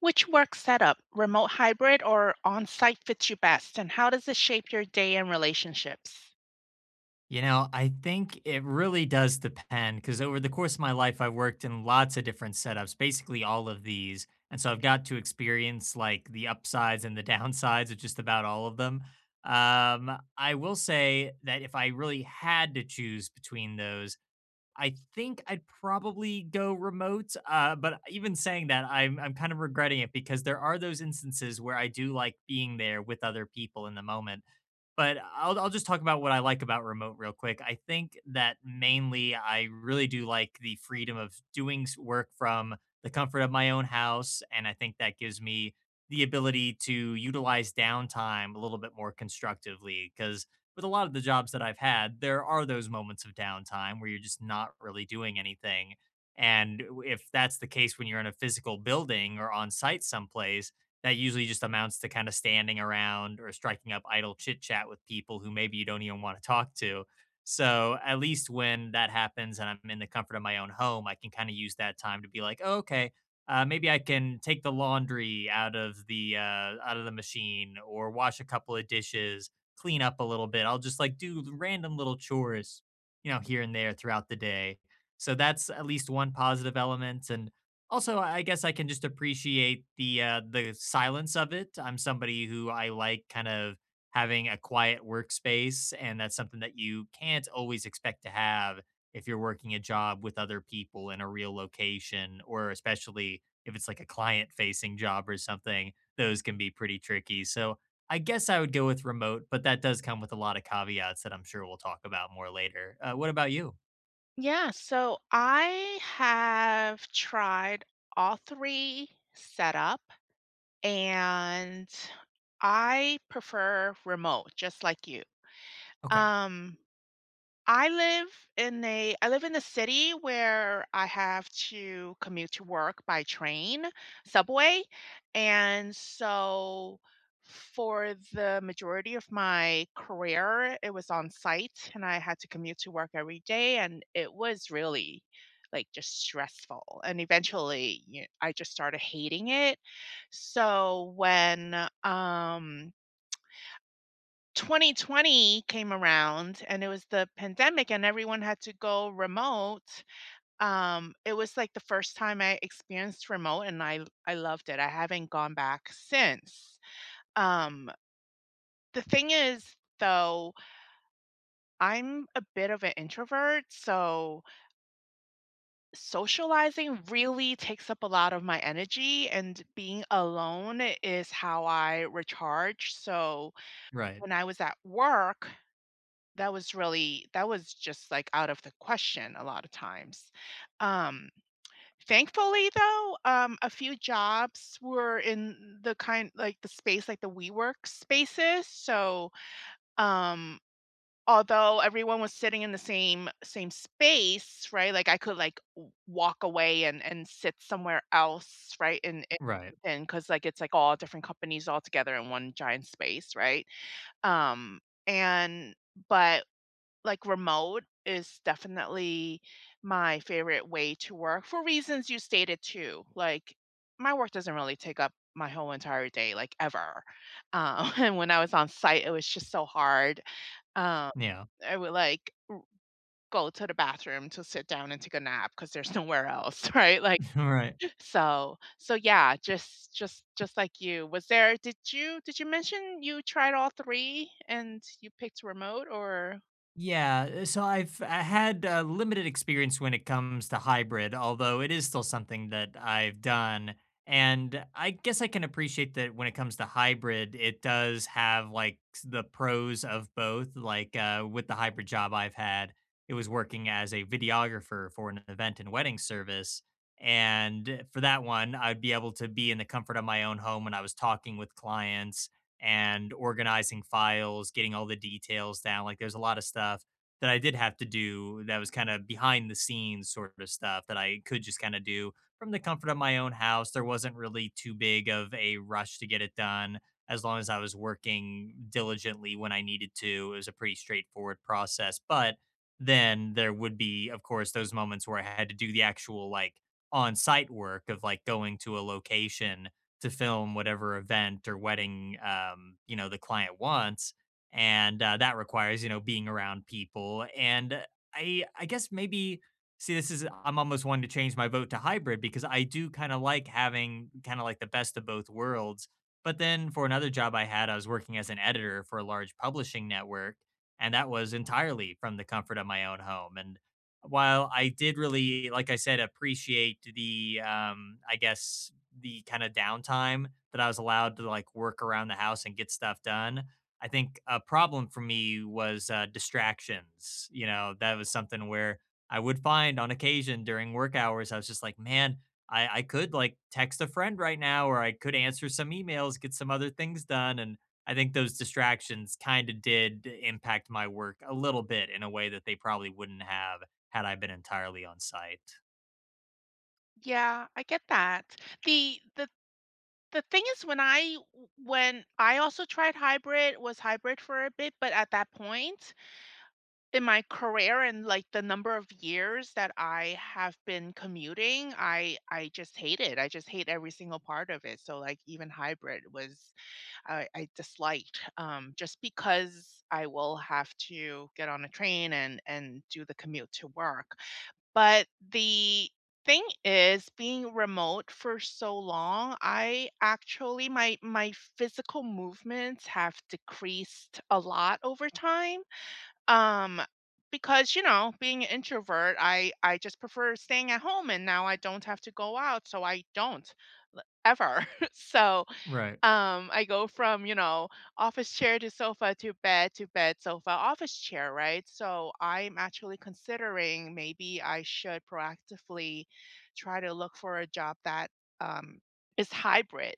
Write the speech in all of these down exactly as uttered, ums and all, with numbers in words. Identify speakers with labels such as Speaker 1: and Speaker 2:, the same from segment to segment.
Speaker 1: Which work setup, remote hybrid or on site, fits you best, and how does it shape your day and relationships?
Speaker 2: You know, I think it really does depend because over the course of my life, I worked in lots of different setups, basically all of these. And so I've got to experience like the upsides and the downsides of just about all of them. Um, I will say that if I really had to choose between those, I think I'd probably go remote. Uh, but even saying that, I'm I'm kind of regretting it because there are those instances where I do like being there with other people in the moment, but I'll I'll just talk about what I like about remote real quick. I think that mainly I really do like the freedom of doing s- work from the comfort of my own house, and I think that gives me the ability to utilize downtime a little bit more constructively because with a lot of the jobs that I've had, there are those moments of downtime where you're just not really doing anything. And w- if that's the case when you're in a physical building or on site someplace, that usually just amounts to kind of standing around or striking up idle chit chat with people who maybe you don't even want to talk to. So at least when that happens and I'm in the comfort of my own home, I can kind of use that time to be like, oh, okay, uh, maybe I can take the laundry out of the uh, out of the machine or wash a couple of dishes, clean up a little bit. I'll just like do random little chores, you know, here and there throughout the day. So that's at least one positive element. And also, I guess I can just appreciate the uh, the silence of it. I'm somebody who I like kind of having a quiet workspace, and that's something that you can't always expect to have if you're working a job with other people in a real location, or especially if it's like a client facing job or something. Those can be pretty tricky. So I guess I would go with remote, but that does come with a lot of caveats that I'm sure we'll talk about more later. Uh, what about you?
Speaker 1: Yeah, so I have tried all three setup and I prefer remote, just like you.
Speaker 2: Okay.
Speaker 1: Um, I live in a I live in a city where I have to commute to work by train, subway, and so for the majority of my career, it was on site and I had to commute to work every day and it was really like just stressful. And eventually, you I just started hating it. So when um twenty twenty came around and it was the pandemic and everyone had to go remote. Um, it was like the first time I experienced remote and I I loved it. I haven't gone back since. Um, the thing is though, I'm a bit of an introvert, so socializing really takes up a lot of my energy and being alone is how I recharge. So
Speaker 2: Right.
Speaker 1: when I was at work, That was really that was just, like, out of the question a lot of times. Um, Thankfully, though, um, a few jobs were in the kind like, the space, like, the WeWork spaces, so, um, although everyone was sitting in the same same space, right, like, I could, like, w walk away and and sit somewhere else, right, and
Speaker 2: Right.
Speaker 1: and because like, it's, like, all different companies all together in one giant space, right? Um, and but like, remote is definitely my favorite way to work for reasons you stated too. Like, my work doesn't really take up my whole entire day, like, ever. Um, and when I was on site, it was just so hard. Um,
Speaker 2: Yeah.
Speaker 1: I would, like, go to the bathroom to sit down and take a nap because there's nowhere else, right? Like,
Speaker 2: Right.
Speaker 1: so so, yeah, just just just like you. Was there did you did you mention you tried all three and you picked remote or?
Speaker 2: Yeah, uh, so I've I had uh, limited experience when it comes to hybrid, although it is still something that I've done. And I guess I can appreciate that when it comes to hybrid, it does have like s- the pros of both. Like uh, with the hybrid job I've had, it was working as a videographer for an event and wedding service. And for that one, I'd be able to be in the comfort of my own home when I was talking with clients and organizing files, getting all the details down. Like there's a lot of stuff that I did have to do that was kind of behind the scenes sort of stuff that I could just kind of do from the comfort of my own house. There wasn't really too big of a rush to get it done. As long as I was working diligently when I needed to, it was a pretty straightforward process. But then there would be, of course, those moments where I had to do the actual like on site work of like going to a location to film whatever event or wedding um, you know the client wants, and uh, that requires you know being around people. And I I guess maybe see this is I'm almost wanting to change my vote to hybrid because I do kind of like having kind of like the best of both worlds. But then for another job I had, I was working as an editor for a large publishing network, and that was entirely from the comfort of my own home. And while I did really, like I said, appreciate the, um, I guess, the kind of downtime that I was allowed to like work around the house and get stuff done. I think a problem for me was uh, distractions. You know, that was something where I would find on occasion during work hours, I was just like, man, I, I could like text a friend right now, or I could answer some emails, get some other things done. And I think those distractions kind of did impact my work a little bit in a way that they probably wouldn't have had I been entirely on site.
Speaker 1: Yeah, I get that. The the the thing is when I w- when I also tried hybrid, was hybrid for a bit, but at that point in my career and like the number of years that I have been commuting, I I just hate it. I just hate every single part of it. So like even hybrid was I, I disliked um just because I will have to get on a train and and do the commute to work. But the thing is being remote for so long, I actually my my physical movements have decreased a lot over time. Um, because, you know, being an introvert, I I just prefer staying at home and now I don't have to go out, so I don't l- ever. So,
Speaker 2: Right,
Speaker 1: um, I go from, you know, office chair to sofa to bed to bed, sofa, office chair, right? So I'm actually considering maybe I should proactively try to look for a job that um, is hybrid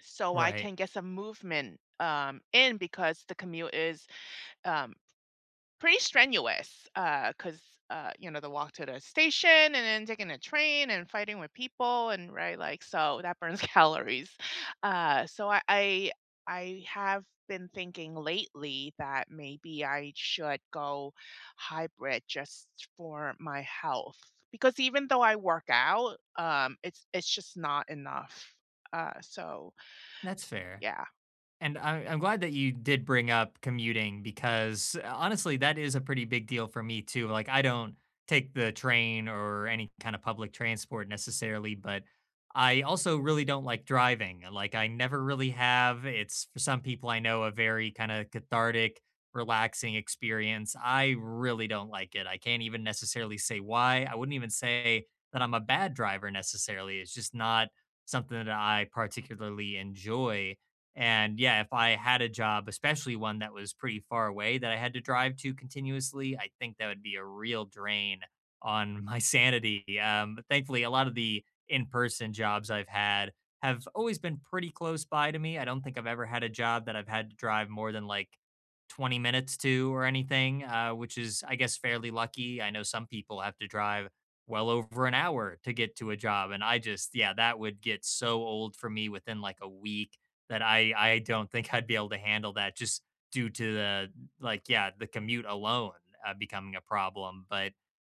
Speaker 1: so I
Speaker 2: right.
Speaker 1: can get some movement um, in because the commute is um, pretty strenuous, uh because uh, you know, the walk to the station and then taking a train and fighting with people and right, like, so that burns calories. Uh, so I I I have been thinking lately that maybe I should go hybrid just for my health, because even though I work out, um, it's it's just not enough. Uh, so
Speaker 2: That's
Speaker 1: s
Speaker 2: fair.
Speaker 1: yeah.
Speaker 2: And I, I'm glad that you did bring up commuting because uh, honestly, that is a pretty big deal for me too. Like, I don't take the train or any kind of public transport necessarily, but I also really don't like driving. Like, I never really have. It's for some people I know a very kind of cathartic, relaxing experience. I really don't like it. I can't even necessarily say why. I wouldn't even say that I'm a bad driver necessarily. It's just not something that I particularly enjoy. And yeah, if I had a job, especially one that was pretty far away that I had to drive to continuously, I think that would be a real drain on my sanity. Um, but thankfully, a lot of the in person jobs I've had have always been pretty close by to me. I don't think I've ever had a job that I've had to drive more than like twenty minutes to or anything, uh, which is, I guess, fairly lucky. I know some people have to drive well over an hour to get to a job. And I just, yeah, that would get so old for me within like a week that I I don't think I'd be able to handle that just due to the like yeah the commute alone uh, becoming a problem. But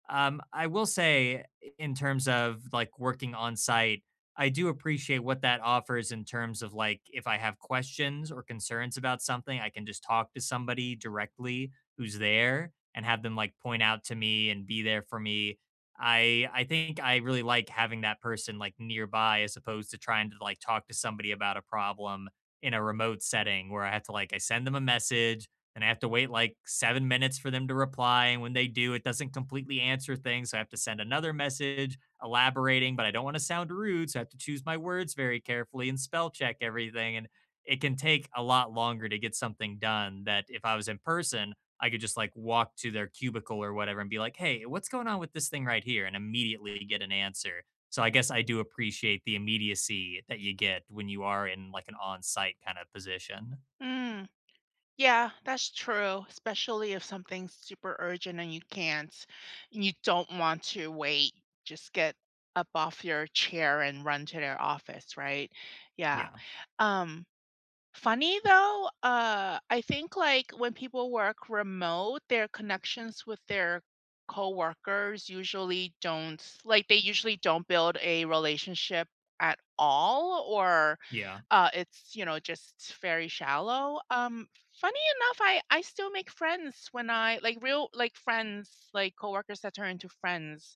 Speaker 2: um, I will say in terms of like working on site, I do appreciate what that offers in terms of like if I have questions or concerns about something, I can just talk to somebody directly who's there and have them like point out to me and be there for me. I I think I really like having that person, like, nearby as opposed to trying to, like, talk to somebody about a problem in a remote setting where I have to, like, I send them a message, and I have to wait, like, seven minutes for them to reply, and when they do, it doesn't completely answer things, so I have to send another message elaborating, but I don't wanna sound rude, so I have to choose my words very carefully and spell check everything, and it can take a lot longer to get something done that if I was in person, I could just like walk to their cubicle or whatever and be like, hey, what's going on with this thing right here? And immediately get an answer. So I guess I do appreciate the immediacy that you get when you are in like an on site kind of position.
Speaker 1: Mm. Yeah, that's true, especially if something's super urgent and you can't and you don't want to wait. Just get up off your chair and run to their office, right? Yeah.
Speaker 2: Yeah.
Speaker 1: Um Funny though, uh, I think, like, when people work remote, their connections with their coworkers usually don't like, they usually don't build a relationship at all, or,
Speaker 2: Yeah.
Speaker 1: uh, it's, you know, just very shallow. Um, funny enough, I I still make friends when I like, real like, friends, like, coworkers that turn into friends,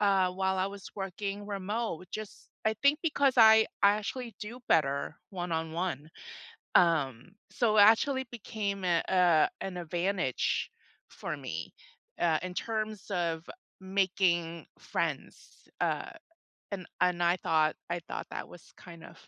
Speaker 1: uh, while I was working remote, just I think because I I actually do better one-on-one. Um, so it actually became a, a an advantage for me uh, in terms of making friends. Uh, and and I thought I thought that was kind of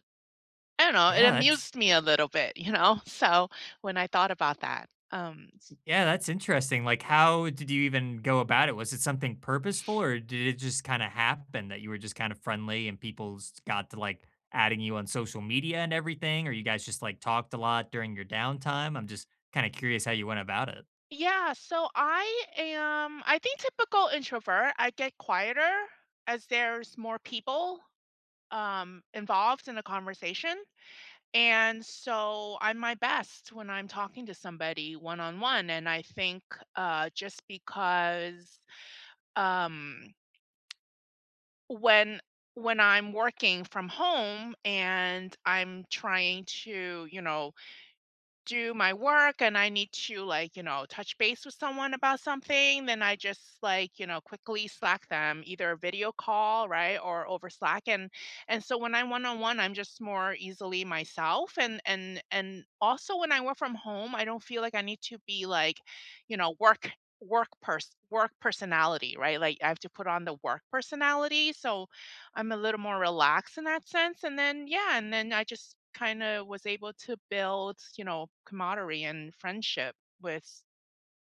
Speaker 1: I don't know, it
Speaker 2: Yeah, that's
Speaker 1: amused me a little bit, you know. So when I thought about that. Um
Speaker 2: yeah, that's interesting. Like how did you even go about it? Was it something purposeful or did it just kind of happen that you were just kind of friendly and people s- got to like adding you on social media and everything or you guys just like talked a lot during your downtime? I'm just kind of curious how you went about it.
Speaker 1: yeah, so I am I think typical introvert, I get quieter as there's more people um involved in a conversation. And so I'm my best when I'm talking to somebody one on one. And I think uh, just because um, when when I'm working from home and I'm trying to, you know, do my work and I need to like, you know, touch base with someone about something, then I just like, you know, quickly Slack them, either a video call, right, or over Slack. And and so when I'm one on one, I'm just more easily myself. And and and also when I work from home, I don't feel like I need to be like, you know, work work person work personality, right, like I have to put on the work personality, so I'm a little more relaxed in that sense, and then yeah, and then I just kinda was able to build, you know, camaraderie and friendship with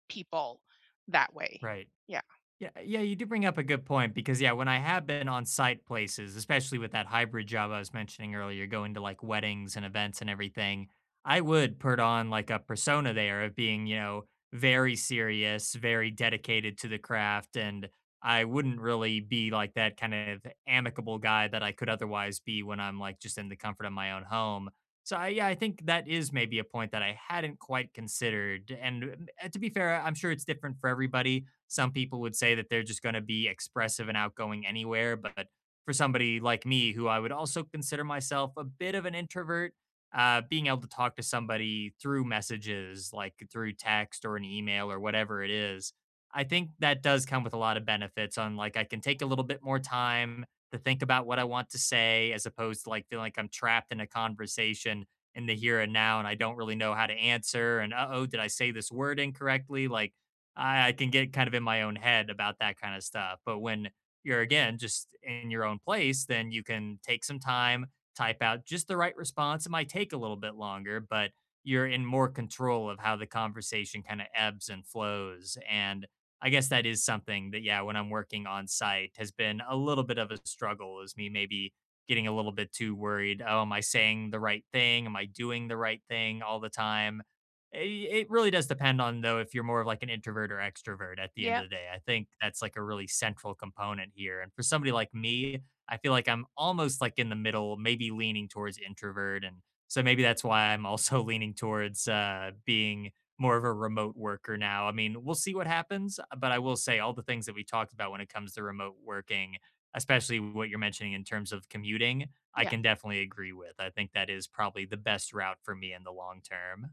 Speaker 1: people that way.
Speaker 2: Right.
Speaker 1: Yeah.
Speaker 2: Yeah, yeah, you do bring up a good point because yeah, when I have been on site places, especially with that hybrid job I was mentioning earlier, going to like weddings and events and everything, I would put on like a persona there of being, you know, very serious, very dedicated to the craft, and I wouldn't really be like that kind of amicable guy that I could otherwise be when I'm like just in the comfort of my own home. So I, yeah, I think that is maybe a point that I hadn't quite considered. And uh, to be fair, I'm sure it's different for everybody. Some people would say that they're just going to be expressive and outgoing anywhere. But for somebody like me, who I would also consider myself a bit of an introvert, uh, being able to talk to somebody through messages, like through text or an email or whatever it is, I think that does come with a lot of benefits. On like, I can take a little bit more time to think about what I want to say, as opposed to like feeling like I'm trapped in a conversation in the here and now, and I don't really know how to answer. And uh oh, did I say this word incorrectly? Like, I, I can get kind of in my own head about that kind of stuff. But when you're again just in your own place, then you can take some time, type out just the right response. It might take a little bit longer, but you're in more control of how the conversation kind of ebbs and flows. And I guess that is something that, yeah, when I'm working on site has been a little bit of a struggle, is me maybe getting a little bit too worried. Oh, am I saying the right thing? Am I doing the right thing all the time? It really does depend on though if you're more of like an introvert or extrovert at the end
Speaker 1: Yep.
Speaker 2: of the day. I think that's like a really central component here. And for somebody like me, I feel like I'm almost like in the middle, maybe leaning towards introvert. And so maybe that's why I'm also leaning towards uh, being more of a remote worker now. I mean, we'll see what happens, but I will say all the things that we talked about when it comes to remote working, especially what you're mentioning in terms of commuting, I
Speaker 1: Yeah.
Speaker 2: can definitely agree with. I think that is probably the best route for me in the long term.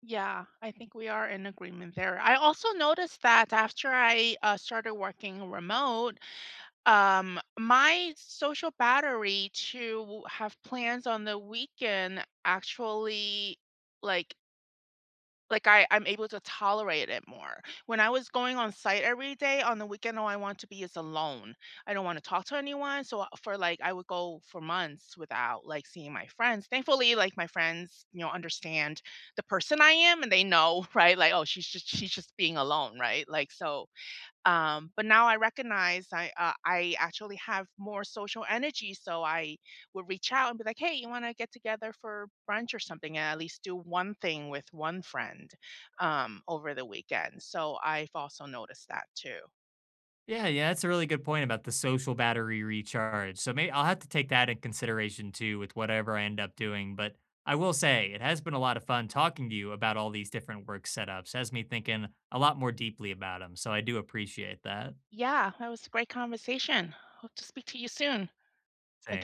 Speaker 1: Yeah, I think we are in agreement there. I also noticed that after I, uh, started working remote, um, my social battery to have plans on the weekend actually, like, Like, I I'm able to tolerate it more. When I was going on site every day, on the weekend, all I want to be is alone. I don't wanna talk to anyone, so, uh, for, like I would go for months without, like, seeing my friends. Thankfully, like, my friends, you know, understand the person I am, and they know, right? Like, "Oh, she's just she's just being alone," right? Like, so, um, but now I recognize I uh, I actually have more social energy, so I would reach out and be like, "Hey, you want to get together for brunch or something?" And at least do one thing with one friend um, over the weekend. So I've also noticed that too.
Speaker 2: Yeah, yeah, that's a really good point about the social battery recharge. So maybe I'll have to take that in consideration too with whatever I end up doing. But I will say it has been a lot of fun talking to you about all these different work setups. Has me thinking a lot more deeply about them. So I do appreciate that.
Speaker 1: Yeah, that was a great conversation. Hope to speak to you soon.
Speaker 2: Same.